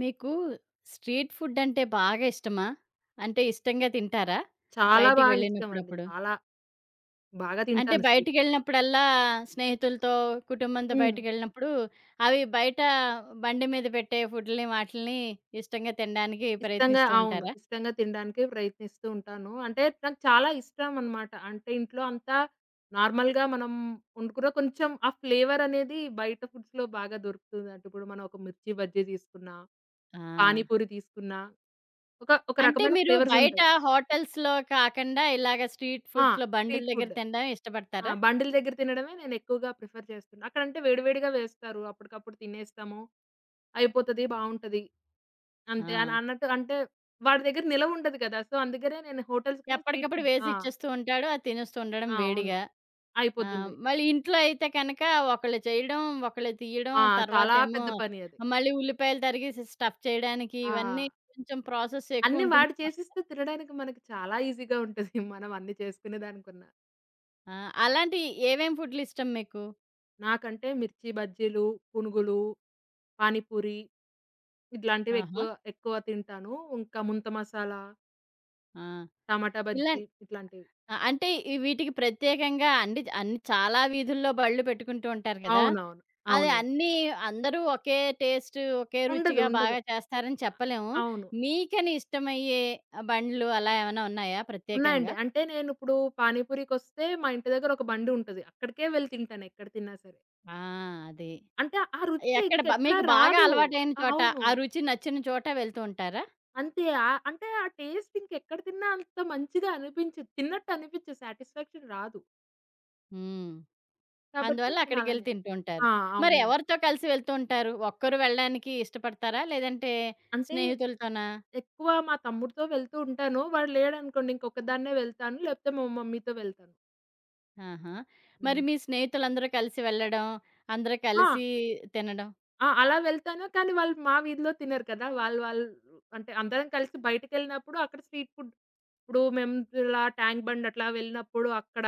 మీకు స్ట్రీట్ ఫుడ్డంటే బాగా ఇష్టమా? అంటే ఇష్టంగా తింటారా? చాలా బయటికి బాగా ఇష్టమండి. వెళ్ళినప్పుడప్పుడు? చాలా బాగా అంటే తింటాను, స్వీట్. బయటికెళ్ళినప్పుడల్లా స్నేహితులతో, కుటుంబంతో హ్మ్. బయటికెళ్ళినప్పుడు అవి బయట బండి మీద పెట్టే ఫుడ్‌లని వాటిల్ని ఇష్టంగా తినడానికి ఇష్టంగా, ప్రయత్నిస్తూ అవును. ఉంటారా? ఇష్టంగా తినడానికే ప్రయత్నిస్తూ ఉంటాను. అంటే నాకు చాలా ఇష్టం అన్నమాట. అంటే ఇంట్లో అంతా నార్మల్‌గా మనం వండుకున్న కొంచెం ఆ ఫ్లేవర్ అనేది బయట ఫుడ్స్‌లో బాగా దొరుకుతుంది. అంటే ఇప్పుడు మనం ఒక మిర్చి బజ్జీ తీసుకున్నా, ఆ! పానీపూరి తీసుకున్నా ఒక ఒక అంటే రకమైన మీరు ఫ్లేవర్స్ బయట ఉంటాయి. హోటల్స్‌లో కాకండా ఇలాగ స్ట్రీట్ ఆ! ఫుడ్స్‌లో బండుల స్ట్రీట్ దగ్గర ఫుడ్. తినడం ఆ! ఇష్టపడతారా? బండిల దగ్గర తినడమే నేను ఎక్కువగా ప్రిఫర్ చేస్తున్నా. అక్కడంటే వేడి వేడిగా వేస్తారు. అప్పటికప్పుడు తినేస్తాము. అయిపోతది, బావుంటది. ఆ! అంతే, అన్నట్టు అంటే వాడి దగ్గర నిలవ ఉండదు కదా! సో, అందుకనే నేను హోటల్స్‌కనే స్ట్రీట్ ఎప్పటికప్పుడు ఫుడ్. వేసి ఆ! ఇచ్చేస్తూ ఉంటాడు. అది తినేస్తూ ఉండడం ఆ! అవును. వేడిగా. ఆ! అయిపోతుంది. మళ్ళీ ఇంట్లో అయితే కనక ఒకళ్ళు చేయడం, ఒకళ్ళు తీయడం, ఆ! చాలా తర్వాతేమో పెద్ద పని అది. మళ్ళీ ఉల్లిపాయలు తరిగేసి స్టఫ్ చేయడానికి ఆ! ఇవన్నీ కొంచెం ప్రాసెస్ అన్నీ వాడు ఎక్కువుంటుందేమో కదా! చేసిస్తే తినడానికి మనకి చాలా ఈజీగా ఉంటది. మనం అన్నీ చేసుకునే దానికన్నా. ఆ! అలాంటి ఏవేం ఫుడ్‌లిష్టం మీకు? నాకంటే మిర్చి బజ్జీలు, పునుగులు, పానీపూరి ఇట్లాంటివి ఆహా! ఎక్కువ ఎక్కువ తింటాను. ఇంకా ముంత మసాలా, ఆ! టమాటా ఇలా బజ్జీ ఇట్లాంటివి. ఆ! అంటే ఈ వీటికి ప్రత్యేకంగా అండి అన్ని చాలా వీధుల్లో బళ్ళు పెట్టుకుంటూ ఉంటారు కదా! అవునవును. అది అవునండి. అన్నీ అందరూ ఒకే టేస్ట్, ఒకే ఉండదు. రుచిగా ఉండదు. బాగా చేస్తారని చెప్పలేము. అవును. మీకని ఇష్టమయ్యే బండ్లు అలా ఏమైనా ఉన్నాయా ఉన్నాయండి. ప్రత్యేకంగా? అంటే నేనిప్పుడు పానీపూరికొస్తే మా ఇంటి దగ్గర ఒక బండి ఉంటది. అక్కడికే వెళ్లి తింటాను ఎక్కడ తిన్నా సరే. ఆ! అది. అంటే ఆ రుచి ఎక్కడ బ ఇంకెక్కడా మీకు బాగా రాదు. అలవాటైన చోట, అవును. ఆ రుచి నచ్చిన చోట వెళ్తూ ఉంటారా? అంతే. అంటే ఆ టేస్ట్ ఇంకెక్కడ తిన్నా అంత మంచిగా అనిపించదు. తిన్నట్టు అనిపించదు. సాటిస్ఫాక్షన్ రాదు. హ్మ్. కాబట్టి అందువల్ల అక్కడికెళ్ళి నేనలానే. తింటూ ఉంటారు. ఆ! మరి అవునండి. ఎవరితో కలిసి వెళ్తూ ఉంటారు? ఒక్కరు వెళ్ళడానికి ఇష్టపడతారా? లేదంటే అంటే స్నేహితులతోనా? ఎక్కువ మా తమ్ముడితో వెళ్తూ ఉంటాను. వాడు లేడనుకోండి ఇంకొక్కదాన్నే వెళ్తాను. లేకపోతే మా మమ్మీతో వెళ్తాను. ఆహా! మరి హ్మ్. మీ స్నేహితులందరూ కలిసి వెళ్ళడం, అందరూ ఆ! కలిసి తినడం ఆ! అలా వెళ్తాను. కానీ వాళ్ళు మా వీధిలో తినరు కదా! వాళ్ళు వాళ్ళు అంటే అందరం కలిసి బయటికెళ్ళినప్పుడు అక్కడ స్ట్రీట్ ఫుడ్. ఇప్పుడు మేము ఇలా ట్యాంక్ బండ్ అట్లా వెళ్ళినప్పుడు అక్కడ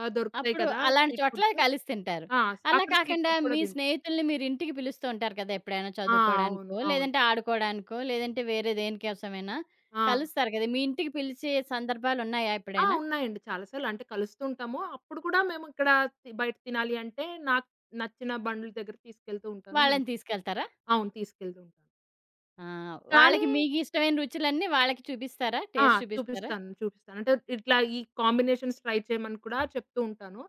దొరుకుతాయి అప్పుడు కదా, అలాంటి స్ట్రీట్ చోట్ల ఫుడ్స్. కలిసి తింటారు. ఆ! అలా అక్కడ స్ట్రీట్ కాకుండా ఫుడ్ కూడా మీ తింటాం. స్నేహితుల్ని మీరింటికి పిలుస్తూ ఉంటారు కదా! ఎప్పుడైనా ఆ! అవును. చదువుకోడానికో, అవును. లేదంటే ఆడుకోడానికో, లేదంటే వేరే దేనికోసమైనా ఆ! కలుస్తారు కదా! మీ ఇంటికి పిలిచే సందర్భాలున్నాయా ఆ! ఎప్పుడైనా? ఉన్నాయండి. చాలా సార్లు అంటే కలుస్తుంటాము. అప్పుడు కూడా మేము ఇక్కడ బయట తినాలి అంటే నాకు నచ్చిన బండ్ల దగ్గర తీసుకెళ్తూ ఉంటాను. వాళ్ళని మంచి. తీసుకెళ్తారా? అవును. తీసుకెళ్తూ ఉంటాను. ఆ! కానీ వాళ్ళకి మీకు ఇష్టమైన రుచులన్నీ వాళ్ళకి చూపిస్తారా? ఆ! టేస్ట్ చూపిస్తారా? చూపిస్తాను. చూపిస్తాను. అంటే ఇట్లా ఈ కాంబినేషన్స్ ట్రై చేయమని కూడా చెప్తూ ఉంటాను.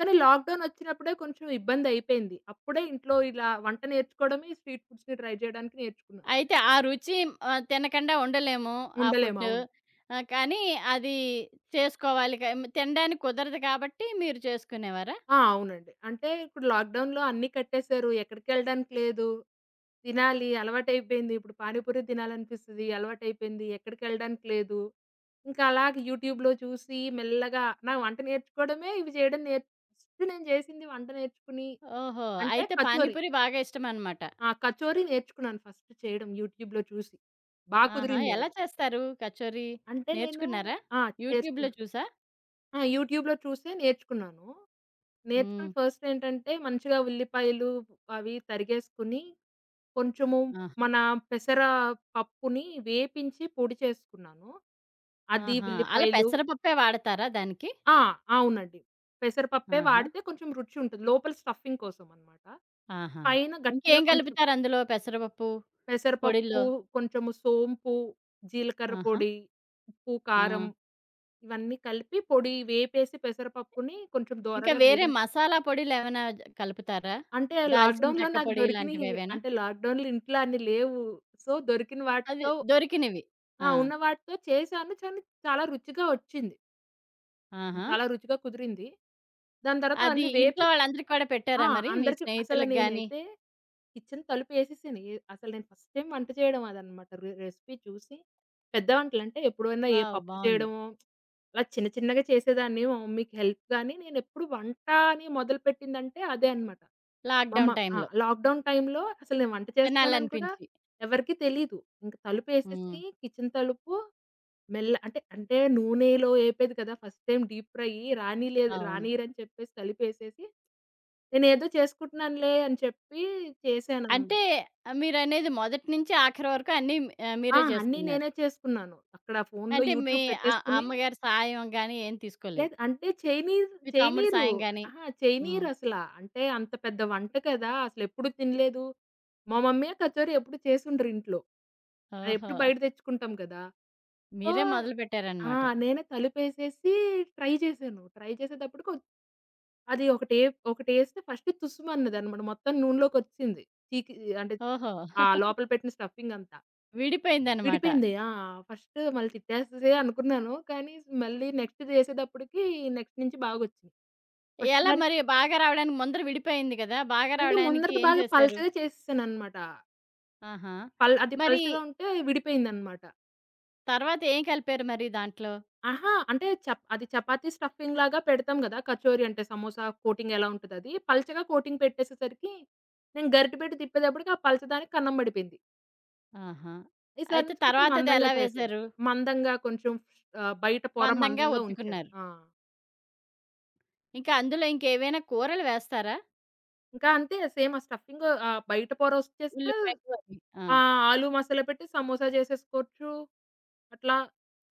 కానీ లాక్‌డౌన్ వచ్చినప్పుడే కొంచెం ఇబ్బందయిపోయింది. అప్పుడే ఇంట్లో ఇలా వంట నేర్చుకోవడమే స్ట్రీట్ ఫుడ్స్‌ని ట్రై చేయడానికి నేర్చుకున్నాను. అయితే ఆ రుచి ఆహ్, తినకుండా ఉండలేము ఆ ఉండలేము. ఫుడ్డు. అవును. ఆహ్, కానీ అది చేసుకోవాలి క తినడానికి కుదరదు కాబట్టి మీరు చేసుకునేవారా? ఆ! అవునండి. అంటే ఇప్పుడు లాక్‌డౌన్‌లో అన్నీ కట్టేశారు. ఎక్కడికెళ్ళడానికి లేదు. తినాలి అలవాటయిపోయింది. ఇప్పుడు పానీపూరి తినాలనిపిస్తది. అలవాటయిపోయింది. ఎక్కడికెళ్ళడానికి లేదు. ఇంకా అలాగ యూట్యూబ్‌లో చూసి మెల్లగా నా వంట నేర్చుకోవడమే ఇవి చేయడం నేర్చి. ఫస్ట్ నేను చేసింది వంట నేర్చుకుని, ఓహో! అంటే అయితే కచోరీ. పానీపూరి బాగా ఇష్టమనమాట. ఆ! కచోరీ నేర్చుకున్నాను ఫస్ట్ చేయడం యూట్యూబ్‌లో చూసి. బా ఆహా! కుదిరింది ఎలా అది. చేస్తారు కచోరీ? అంటే నేను. నేర్చుకున్నారా? ఆ! యూట్యూబ్‌లో చేసుకున్నాను. చూసా? ఆ! యూట్యూబ్‌లో చూసే నేర్చుకున్నాను. హ్మ్. నేర్చుకుని ఫస్ట్ ఏంటంటే మంచిగా ఉల్లిపాయలు అవి తరిగేసుకొని, కొంచెము ఆహా! మన పెసర పప్పుని వేపించి పొడి చేసుకున్నాను. అది ఆహా! అలా ఉల్లిపాయలు. పెసరపప్పే వాడతారా దానికి? ఆ! అవునండి. పెసరపప్పే ఆహా! వాడితే కొంచెం రుచి ఉంటుంది. లోపల స్టఫింగ్ కోసం అన్నమాట. ఆహా! పైన గట్టిగా ఇంకేం కొంచెం కలుపుతారు అందులో పెసరపప్పు పెసరపప్పు, పొడిలో? కొంచెము సోంపు, జీలకర్ర ఆహా! పొడి, ఉప్పు, ఆ! కారం ఇవన్నీ కలిపి పొడి వేపేసి పెసరపప్పుని కొంచెం ఇంకా దోరగా వేరే వేగిం. మసాలా పొడిలేమైనా జ కలుపుతారా? అంటే దాల్చిన లాక్‌డౌన్‌లో చెక్క నాకు పొడి దొరికినియి, ఇలాంటివేవైనా? అంటే లాక్‌డౌన్‌లో ఇంట్లో అన్ని లేవు. సో, దొరికిన అవి వాటితో. దొరికినవి. ఆ! ఆ! ఉన్న వాటితో చేశాను. కానీ చాలా రుచిగా వచ్చింది. ఆహా! చాలా రుచిగా కుదిరింది. దాని తర్వాత అది అన్నీ ఇంట్లో వేపేసి. వాళ్ళందరికి కూడా పెట్టారా ఆ! మరి? మీ అందరికి అసలు స్నేహితులకి గాని? నేనైతే కిచెన్ తలుపేసేసాను. ఏ అసలు నేను ఫస్ట్ టైమ్ వంట చేయడం అదనమాట. రెసిపీ చూసి. పెద్ద వంటలంటే ఎప్పుడైనా ఏ వావ్! పప్పు బావుంది. చేయడమో, అలా చిన్న చిన్నగా చేసేదాన్ని మా మమ్మీకి హెల్ప్ గాని, నేనెప్పుడు వంట అని మొదలుపెట్టిందంటే అదే అనమాట. మా మ లాక్‌డౌన్ ఆ! టైమ్‌లో. లాక్‌డౌన్ టైమ్‌లో అసలు నేను వంట చేస్తున్నానని కూడా తినాలనిపించి. ఎవరికీ తెలీదు. ఇంక హ్మ్. తలుపేసేసి కిచెన్ తలుపు మెల్ల, అంటే, అంటే నూనెలో ఏపేది కదా! ఫస్ట్ టైమ్ డీప్ ఫ్రై రానీలేదు, అవును. రానీయరని చెప్పేసి తలుపేసేసి నేనేదో చేసుకుంటున్నానులే అని చెప్పి చేశాననమాట. అంటే మీరనేది మొదటి నుంచి ఆఖరి వరకు అన్నీ ఆహ్, ఆ! మీరే అన్నీ చేసుకున్నారు. నేనే చేసుకున్నాను. అక్కడ ఫోన్‌లో అంటే మీ యూట్యూబ్ అ పెట్టేసుకొని. అమ్మగారి సాయం గాని ఏం తీసుకోలేదు. లేదు, అంటే చేయనీరు, మీ తమ్ముడి చేయనీరు. సాయం గాని. అహా! హ్మ్. చేయనీరసల. అంటే అంత పెద్ద వంట కదా! అసలెప్పుడు తినలేదు. మా మమ్మీయే కచోరీ ఎప్పుడు చేసుండరు ఇంట్లో. ఓహో! అదెప్పుడు బయట తెచ్చుకుంటాం కదా! సో. మీరే ఆ! మొదలుపెట్టారనమాట. నేనే తలుపేసేసి ట్రై చేశాను. ట్రై చేసేటప్పటికి అది ఒకటేస్తే ఫస్ట్ తుస్సుమన్నదన్నమాట. మొత్తం నూనెలోకొచ్చేసింది. చీకి అంటే ఓహో! ఆ లోపల పెట్టిన స్టఫింగంతా. విడిపోయిందనమాట. విడిపోయింది. ఆ! ఫస్ట్ మళ్ళీ తిట్టేస్తదే అనుకున్నాను. కానీ మళ్ళీ నెక్స్ట్ చేసేటప్పటికి నెక్స్ట్ నుంచి బాగొచ్చింది. ఫస్ట్ ఎలా దానికి మరి బాగా రావడానికి ముందర విడిపోయింది కదా! బాగా అంటే రావడానికి ముందటిది ఏం బాగా చేశారు? పలచగా చేసేసాననమాట. ఆహా! అది మరి పలచగా ఉంటే విడిపోయిందనమాట. తర్వాత ఏం కలిపారు మరి దాంట్లో? అహా! అంటే అది చపాతీ స్టఫింగ్ లాగా పెడతాం గదా! కచోరీ అంటే సమోసా కోటింగ్ ఎలా ఉంటదది. పలచగా కోటింగ్ పెట్టేసేసరికి నేను గరిటెపెట్టి తిప్పేటప్పటికి ఆ పలచదానికి కన్నం పడిపోయింది. ఆహా! ఈసారి అయితే నుంచి కొంచెం తర్వాతది మందంగా ఎలా చేశాను. వేశారు? మందంగా కొంచెం బయట పొర మందంగా మందంగా ఉంచాను. ఒత్తుకున్నారు. ఆ! ఇంకా అందులో ఇంకేవైనా కూరలు వేస్తారా? ఇంకా అంతే, సేమ్ ఆ స్టఫింగ్, బయట పొరొచ్చేస్తే. ఉల్లిపాయలు అవి. ఆ! ఆ! ఆలు మసాలా పెట్టి సమోసా చేసేసుకోవచ్చు. అట్లా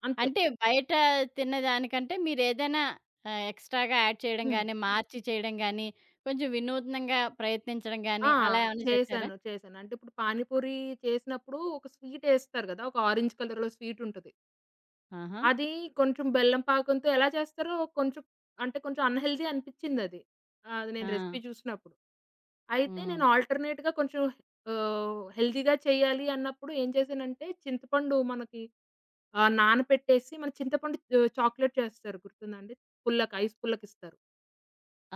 అంతే. అంటే బయట తిన్నదానికంటే మీరేదైనా ఆహ్, ఎక్స్‌ట్రా‌గా యాడ్ చేయడం హ్మ్. గాని, మార్చి చేయడం గాని, కొంచెం వినూత్నంగా ప్రయత్నించడం ఆ! గాని అలా ఏమైనా చేశారా? చేశాను. చేశాను. అంటే ఇప్పుడు పానీపూరి చేసినప్పుడు ఒక స్వీట్ ఏస్తారు గదా! ఒక ఆరెంజ్ కలర్‌లో స్వీట్ ఉంటది. ఆహా! అది కొంచెం బెల్లం పాకంతో ఎలా చేస్తారో కొంచెం. అంటే కొంచెం అన్‌హెల్తీ అనిపిచ్చిందది. అది ఆ! నేను రెసిపీ చూసినప్పుడు. అయితే హ్మ్. నేను ఆల్టర్‌నేట్‌గా కొంచెం హెల్తీగా చేయాలి అన్నప్పుడు ఏం చేశానంటే చింతపండు మనకి. ఆ! నానపెట్టేసి మన చింతపండు చాక్లేట్ చేస్తారు గుర్తుందా అండి? పుల్లకి, ఐస్ పుల్లకిస్తారు.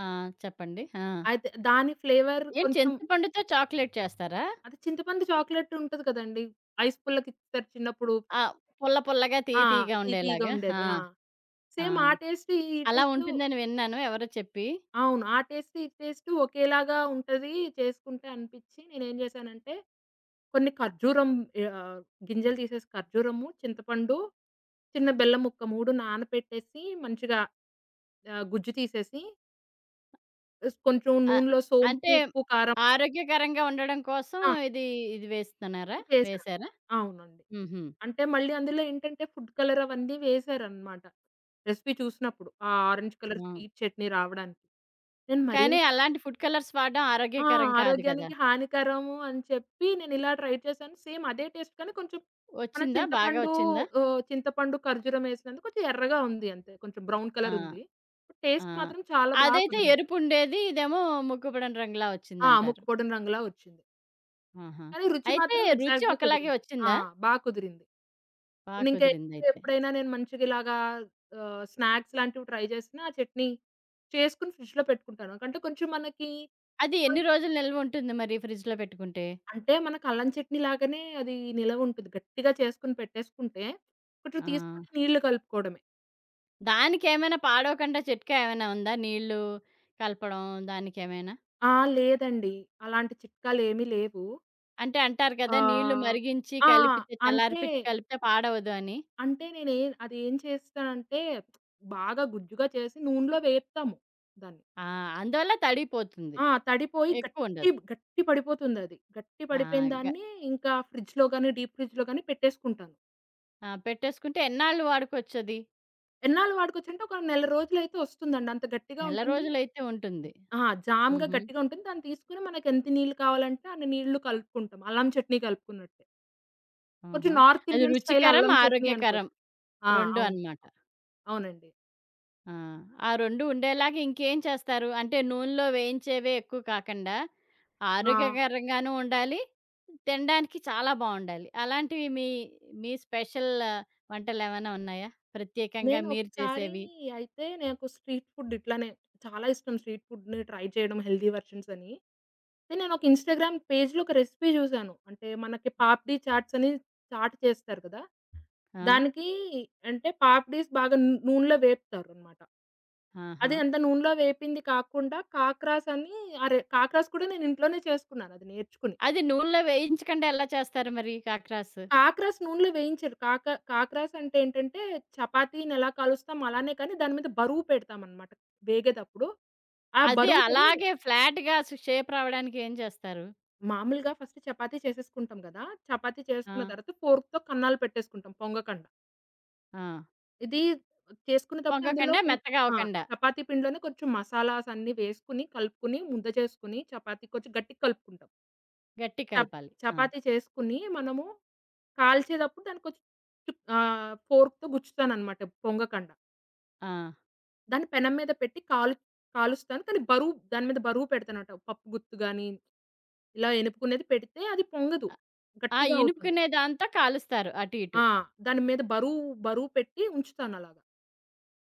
ఆ! చెప్పండి. ఆ! అయితే దాని ఫ్లేవర్ ఏం కొంచెం. చింతపండుతో చాక్లేట్ చేస్తారా? అది చింతపండు చాక్లేట్ ఉంటది కదండీ! ఐస్ పుల్లకిస్తారు చిన్నప్పుడు. ఆ! పుల్ల పుల్లగా, తీయ ఆ! తీయగా తీయ తీయగా ఉండేలాగా. ఆ! ఉండేది. ఆ! ఆ! సేమ్ ఆ టేస్ట్ ఈ అలా టేస్ట్. ఉంటుందని విన్నాను ఎవరో చెప్పి. అవును. ఆ టేస్ట్ ఈ టేస్ట్ ఒకేలాగా ఉంటది చేసుకుంటే అనిపిచ్చి నేనేం చేశానంటే కొన్ని ఖర్జూరం ఆహ్, గింజలు తీసేసి ఖర్జూరము, చింతపండు, చిన్న బెల్లం ముక్క 3 నానపెట్టేసి మంచిగా గుజ్జు తీసేసి కొంచెం అ నూనెలో సోంపు, అంటే ఉప్పు, కారం. ఆరోగ్యకరంగా ఉండడం కోసం ఆ! ఇది, ఇది వేస్తున్నారా? ఇది చేశారు. వేశారా? అవునండి. హుహు. అంటే మళ్ళీ అందులో ఏంటంటే ఫుడ్ కలర్ అవన్నీ వేశారనమాట. రెసిపీ చూసినప్పుడు. ఆ ఆరెంజ్ కలర్ ఆ! స్వీట్ చట్నీ రావడానికి. నేను మరీ కానీ అంత. అలాంటి ఫుడ్ కలర్స్ వాడడం ఆ! ఆరోగ్యకరం కాదు కదా! ఆరోగ్యానికి హానికరము అని చెప్పి నేనిలా ట్రై చేశాను. సేమ్ అదే టేస్ట్ కానీ కొంచెం మన వచ్చిందా? బాగా చింతపండు, వచ్చిందా? చింతపండు ఖర్జూరం వేసినందుకు కొంచెం ఎర్రగా ఉంది అంతే. కొంచెం బ్రౌన్ ఆ! కలర్ ఉంది. ఆ! టేస్ట్ మాత్రం చాలా బా అదైతే కుదిరింది. ఎరుపుండేది. ఇదేమో ముక్కుపుడని రంగులా ఆ! వచ్చిందంటారు. ముక్కపొడిన రంగులా వచ్చింది. ఆహా! కానీ రుచి అయితే మాత్రం రుచి ఎగ్జాక్ట్‌గా ఒకలాగే కుదిరింది. ఆ! వచ్చిందా? బా కుదిరింది. బా నేనింకా కుదిరిందయితే. ఎప్పుడైనా నేను మంచిగా ఇలాగా స్నాక్స్ లాంటివి ట్రై చేసినా ఆ చట్నీ చేసుకొని ఫ్రిడ్జ్‌లో పెట్టుకుంటాను. అంటే కొంచెం మనకి. అది ఎన్ని రోజులు నిల్వ ఉంటుంది మరి ఫ్రిడ్జ్‌లో పెట్టుకుంటే? అంటే మనకు అల్లం చట్నీ లాగానే అది నిలవ ఉంటది. గట్టిగా చేసుకొని పెట్టేసుకుంటే కొంచెం ఆ! తీసుకొని నీళ్లు కలుపుకోవడమే. దానికేమైనా పాడవకుండా చిట్కా ఏమైనా ఉందా? నీళ్ళు కలపడం దానికేమైనా? ఆ! లేదండి. అలాంటి చిట్కాలేమీ లేవు. అంటే అంటారు కదా! నీళ్లు ఆహ్. మరిగించి ఆ! కలిపితే అంటే, చల్లార్పిచ్చి కలిపితే పాడవదు అని. అంటే నేనే అదేం చేస్తానంటే బాగా గుజ్జుగా చేసి నూనెలో వేపుతాము దాన్ని. ఆ! అందువల్ల తడిపోతుంది. ఆ! తడిపోయి గట్టి ఎక్కువుండదు. గట్టి పడిపోతుందది. గట్టి ఆ! పడిపోయిన గ దాన్ని ఇంకా ఫ్రిడ్జ్‌లో గాని, డీప్ ఫ్రిడ్జ్‌లో గాని పెట్టేసుకుంటాను. ఆ! పెట్టేసుకుంటే ఎన్నాళ్ళు వాడుకోవచ్చది? ఎన్నాళ్ళు వాడుకోవచ్చంటే ఒక నెల రోజులైతే వస్తుందండి. అంత గట్టిగా నెల ఉంటుంది. రోజులైతే ఉంటుంది. ఆ! జామ్‌గా హుహు. గట్టిగా ఉంటుంది. దాన్ని తీసుకొని మనకెంత నీళ్ళు కావాలంటే అన్ని నీళ్ళు కలుపుకుంటాం. అల్లం చట్నీ కలుపుకున్నట్టే. కొంచెం ఆహా! నార్త్ అది ఇండియన్ స్టైల్ రుచికరం, అల్లం చట్నీ ఆరోగ్యకరం అనుకోవచ్చు. ఆ! 2 అవును. అన్నమాట. అవునండి. ఆ! ఆ 2 ఉండేలాగా ఇంకేం చేస్తారు? అంటే నూనెలో వేయించేవే ఎక్కువ కాకండా, ఆ! ఆరోగ్యకరంగాను ఉండాలి, తినడానికి చాలా బావుండాలి. అలాంటివి మీ, మీ స్పెషల్ వంటలేమైనా ఉన్నాయా? ప్రత్యేకంగా నేను మీరు ఒకసారి. చేసేవి? అయితే నాకు స్ట్రీట్ ఫుడ్ ఇట్లానే చాలా ఇష్టం, స్ట్రీట్ ఫుడ్‌ని ట్రై చేయడం హెల్తీ వెర్షన్స్ అని. అయితే నేను ఒక ఇన్‌స్టాగ్రామ్ పేజ్‌లో ఒక రెసిపీ చూసాను. అంటే మనకి పాప్‌డి చాట్స్ అని చాట్ చేస్తారు కదా! ఆ! దానికి అంటే పాప్‌డీస్ బాగా నూనెలో వేపుతారనమాట. ఆహా! అది అంత నూనెలో వేపింది కాకుండా కాక్రాస్ అని. అరె, కాక్రాస్ కూడా నేను ఇంట్లోనే చేసుకున్నాను అది నేర్చుకుని. అది నూనెలో వేయించకుండా ఎలా చేస్తారు మరి కాక్రాసు? కాక్రాస్ నూనెలో వేయించరు. కాక్రాస్ అంటే ఏంటంటే, చపాతీని ఎలా కాలుస్తాం అలానే, కానీ దాని మీద బరువు పెడతామనమాట వేగేతప్పుడు. ఆ అది బరువుకది. అలాగే ఫ్లాట్‌గా స్ షేప్ రావడానికి ఏం చేస్తారు? మామూలుగా ఫస్ట్ చపాతీ చేసేసుకుంటాం గదా! చపాతీ ఆ! చేసుకున్న తర్వాత ఫోర్క్‌తో కన్నాలు పెట్టేసుకుంటాం పొంగకండా. ఆ! ఇది చేసుకునేటప్పుడు అందులో పొంగకుండా, కొం. మెత్తగా ఆ! అవ్వకండా చపాతీ పిండిలోనే కొంచెం మసాలాస్ అన్నీ వేసుకొని, కలుపుకొని, ముద్ద చేసుకొని, చపాతీ కొంచెం గట్టిగా కలుపుకుంటాం. గట్టిగ చప్ కలపాలి. ఆ! చపాతీ చేసుకుని మనము కాల్చేటప్పుడు దాన్ని కొంచెం ఫోర్క్‌తో గుచ్చుతాననమాట పొంగకండ. ఆ! దాన్ని పెనం మీద పెట్టి కాలుస్తాను. కానీ బరువు దాని మీద బరువు పెడతాననమాట. పప్పు గుత్తు గాని, ఇలా ఎనుపుకునేది పెడితే అది పొంగదు. ఆ! గట్టిగా అవుతుంది. ఇనుపుకునే దాంతో కాలుస్తారు అటు ఇటు. ఆ! దాని మీద బరువు, బరువు పెట్టి ఉంచుతానలాగా.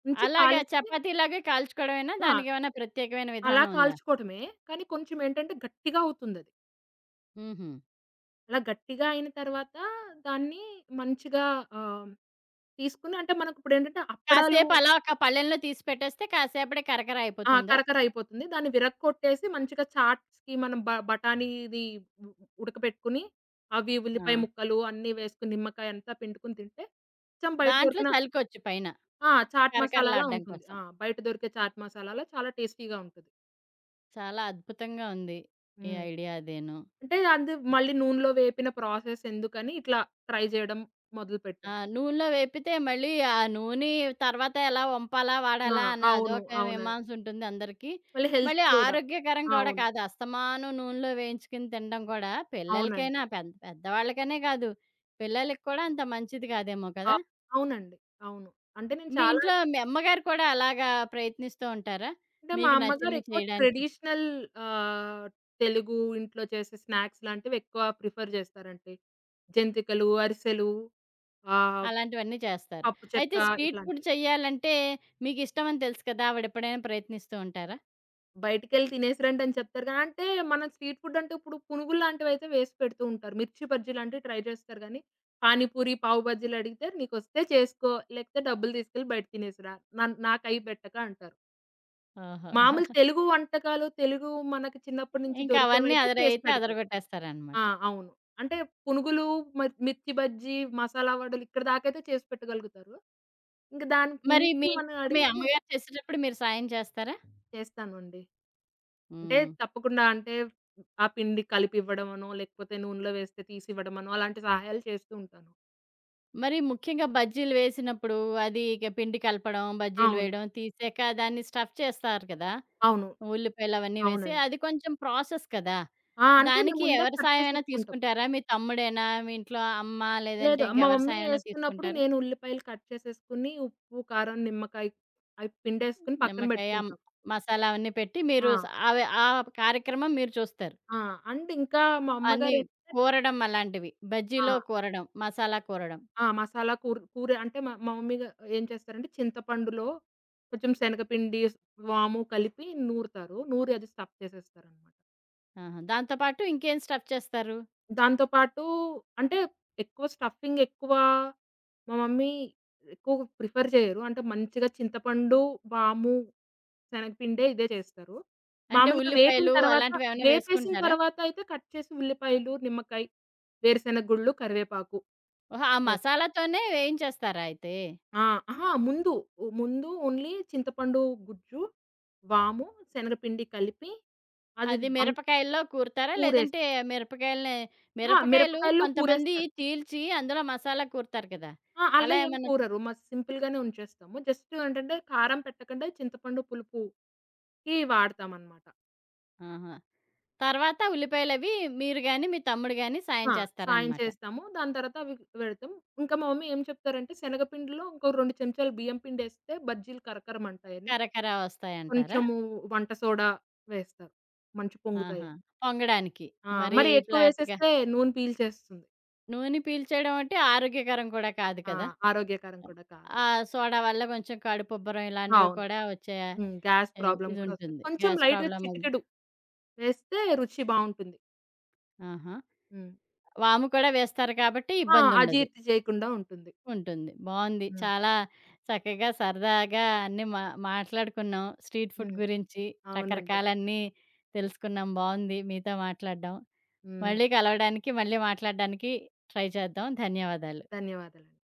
ఉంచి అలాగా కాలిస్తే. చపాతీలాగే కాల్చుకోవడమేనా? ఆ! దానికేమైనా ప్రత్యేకమైన అలా విధానం ఉందా? కాల్చుకోవడమే. కానీ కొంచెం ఏంటంటే గట్టిగా అవుతుందది. హుహు. అలా గట్టిగా అయిన తర్వాత దాన్ని మంచిగా ఆహ్, తీసుకొని అంటే మనకిప్పుడేంటంటే అప్పడాలు. కాసేపు అలా ఒక పళ్ళెంలో తీసి పెట్టేస్తే కాసేపటికి కరకర ఆ! అయిపోతుందా? కరకర అయిపోతుంది. దాన్ని విరగ్గొట్టేసి మంచిగా చాట్స్‌కి మనం బఠానీది ఉ ఉడకబెట్టుకొని, అవి ఆ! ఉల్లిపాయ ముక్కలు అన్నీ వేసుకొని, నిమ్మకాయ అంతా పిండుకొని తింటే, కొంచెం బయట దాంట్లో దొరికిన. చలుకొచ్చు పైన ఆ! చాట్ మసాలాలా కరకరలాడడం ఉంటుంది. కోసం. ఆ! బయట దొరికే చాట్ మసాలాలా చాలా టేస్టీగా ఉంటది. చాలా అద్భుతంగా ఉంది. ఈ హ్మ్. ఐడియా అదేను. అంటే అది మళ్ళీ నూనెలో వేపిన ప్రాసెస్ ఎందుకని ఇట్లా ట్రై చేయడం ఆ! మొదలుపెట్టాను. నూనెలో వేపితే మళ్ళీ ఆ నూనె తర్వాత ఎలా వంపాలా? ఆ! వాడాలా? అని అవును. అదొక అవునండి. మీమాంస ఉంటుంది అందరికీ. మళ్ళీ హెల్త్ మళ్ళీ కూడా. ఆరోగ్యకరం కూడా అవును. కాదు. అస్తమానం నూనెలో వేయించుకుని తినడం కూడా అవునండి. పిల్లలకైనా పెద్ పెద్దవాళ్ళకనే కాదు. పిల్లలకి కూడా అంత మంచిది కాదేమో కదా! అవ్ అవునండి. అవును. అంటే నేను మీ చాలా. ఇంట్లో మీ అమ్మగారు కూడా అలాగా ప్రయత్నిస్తూ ఉంటారా? అంటే మా మీకు హ్మ్ అమ్మగారు నచ్చినవి ఎక్కువ చేయడానికి? ట్రెడిషనల్ ఆహ్, తెలుగు ఇంట్లో చేసే స్నాక్స్ లాంటివి ఎక్కువ ప్రిఫర్ చేస్తారండి. జంతికలు, అరిసెలు, ఆహ్, అలాంటివన్నీ చేస్తారు. పప్పు చెక్క అయితే స్ట్రీట్ ఫుడ్ ఇట్లాంటివి. చేయాలంటే మీకిష్టమని తెలుసు కదా! ఆవిడెప్పుడైనా ప్రయత్నిస్తూ ఉంటారా? బయటికెళ్ళి తినేసి రండి అని చెప్తారు గానీ, అంటే మనం స్ట్రీట్ ఫుడ్ అంటే ఇప్పుడు పునుగులు లాంటివైతే వేసి పెడుతూ ఉంటారు. మిర్చి బజ్జీ లాంటివి ట్రై చేస్తారు గానీ, పానీపూరి, పావు బజ్జీలు అడిగితే "నీకొస్తే చేసుకో, లేకపోతే డబ్బులు తీసుకెళ్ళి బయట తినేసిరా. నాకయి పెట్టక" అంటారు. ఓహో! మామూలు తెలుగు వంటకాలు, తెలుగు మనకి చిన్నప్పటి నుంచి ఇంకా అవన్నీ దొరికేవైతే చేసి అదరయితే పెడతారు. ఆ! అదరగొట్టేస్తారనమాట. అవును. అంటే పునుగులు, మ మిర్చి బజ్జీ, మసాలా వడలు ఇక్కడి దాకైతే చేసి పెట్టగలుగుతారు. ఇంక దానికి మరి మించి మీ మనం ఇంట్లో మీ అడిగితే. అమ్మగారు చేసేటప్పుడు మీరు సాయం చేస్తారా? చేస్తానండి. అంటే హ్మ్. తప్పకుండా, అంటే ఆ పిండి కలిపివ్వడమనో, లేకపోతే నూనెలో వేస్తే తీసివ్వడమనో అలాంటి సహాయాలు చేస్తూ ఉంటాను. మరి ముఖ్యంగా బజ్జీలు వేసినప్పుడు అది ఇక పిండి కలపడం, బజ్జీలు అవును. వేయడం, తీసాక దాన్ని స్టఫ్ చేస్తారు కదా! అవును. ఉల్లిపాయలు అవన్నీ వేసి. అవునండి. అది కొంచెం ప్రాసెస్ కదా! ఆ! అంటే మేము దానికి ముందే ఎవరి కట్ సాయమైనా చేసేసుకుంటాం. తీసుకుంటారా? మీ తమ్ముడేనా? మీ ఇంట్లో అమ్మ లేదంటే లేదు, మా ఇంకెవరి మమ్మీ సాయమైనా ఏస్తున్నప్పుడు తీసుకుంటారా? నేను ఉల్లిపాయలు కట్ చేసేసుకొని, ఉప్పు, కారం, నిమ్మకాయ అయి పిండేసుకొని పక్కన నిమ్మకాయ, పెట్టుకుంటాం. మసాలా అవన్నీ పెట్టి మీరు ఆ! స అవి ఆ కార్యక్రమం మీరు చూస్తారు. ఆ! అండ్ ఇంకా మా అన్నీ అమ్మగారేంటంటే. కూరడం అలాంటివి. ఆ! బజ్జీలో కూరడం, మసాలా కూరడం. ఆ! మసాలా కూర, కూర అంటే మా మా మమ్మీ గా ఏం చేస్తారంటే చింతపండులో కొంచెం శనగపిండి, వాము కలిపి నూరుతారు. నూరి అది స్టఫ్ చేసేస్తారనమాట. ఆహా! దాంతో పాటు ఇంకేం స్టఫ్ చేస్తారు? దాంతో పాటు అంటే ఎక్కువ స్టఫింగ్ ఎక్కువ మా మమ్మీ ఎక్కువ ప్రిఫర్ చేయరు. అంటే మంచిగా చింతపండు, వాము, శనగపిండే ఇదే చేస్తారు. అంటే మామూలుగా వేపిన ఉల్లిపాయలు తర్వాత అలాంటివేమన్నా వేపేసిన వేసుకుంటారా? తర్వాత అయితే కట్ చేసి ఉల్లిపాయలు, నిమ్మకాయ, వేరుశెనగ గుళ్ళు, కరివేపాకు ఓహో! ఆ వేస్తారు. మసాలాతోనే వేయించేస్తారా అయితే? ఆ! అహా! ముందు. ముందు ఓన్లీ చింతపండు గుజ్జు, వాము, శనగపిండి కలిపి అది అది మిరపకాయల్లో కూరుతారా? కూరేసి. లేదంటే మిరపకాయలనే అహా! మిరపకాయలు మిరపకాయల్లో కొంతమంది కూరేస్తారు. చీల్చి అందులో మసాలా కూరుతారు కదా! ఆ! అలా అలా ఏం ఏమన్నా చే కూరరు. సింపుల్ గానే ఉంచేస్తాము. జస్ట్ ఏంటంటే కారం పెట్టకుండా చింతపండు పులుపుకి వాడతామనమాట. ఆహా! తర్వాత ఉల్లిపాయలవి మీరు గాని, మీ తమ్ముడు గాని సాయం ఆ! సాయం చేస్తారనమాట. చేస్తాము. దాని తర్వాత అవి పెడతాం. ఇంకా మా మమ్మీ ఏం చెప్తారంటే శనగపిండిలో ఇంకో 2 చెంచాలు బియ్యం పిండేస్తే బజ్జీలు కరకరమంటాయని, కరకర వస్తాయంటారా? కొంచెము వంట సోడా వేస్తారు మంచి ఆహా! పొంగుతాయని. పొంగడానికి. ఆ! మరీ మరి ఫ్లాట్‌గా ఎక్కువేసేస్తే నూనె పీల్చేస్తుంది. నూనె పీల్చేయడం అంటే ఆరోగ్యకరం కూడా కాదు ఆ! కదా! ఆరోగ్యకరం కూడా కాదు. ఆ సోడా వల్ల కొంచెం కడుపుబ్బరం ఇలాంటివి అవును. కూడా వచ్చే హ్మ్. గ్యాస్ ఇ ప్రాబ్లమ్ కూడా వస్తది. ఇదుంటుంది. కొంచెం గ్యాస్ లైట్‌గా ప్రాబ్లమ్ అది. చిటికెడు వేస్తే రుచి బావుంటుంది. ఆహా! హ్మ్. వాము కూడా వేస్తారు కాబట్టి ఆ! ఇబ్బందుండదు. అజీర్తి చేయకుండా ఉంటుంది. ఉంటుంది. బావుంది. హ్మ్. చాలా చక్కగా సరదాగా అన్నీ మా మాట్లాడుకున్నాం. స్ట్రీట్ ఫుడ్ హ్మ్. గురించి అవునండి. రకరకాలన్నీ తెలుసుకున్నాం. బావుంది మీతో మాట్లాడడం. హ్మ్. మళ్ళీ కలవడానికి, మళ్ళీ మాట్లాడడానికి ట్రై చేద్దాం. ధన్యవాదాలు. ధన్యవాదాలండి.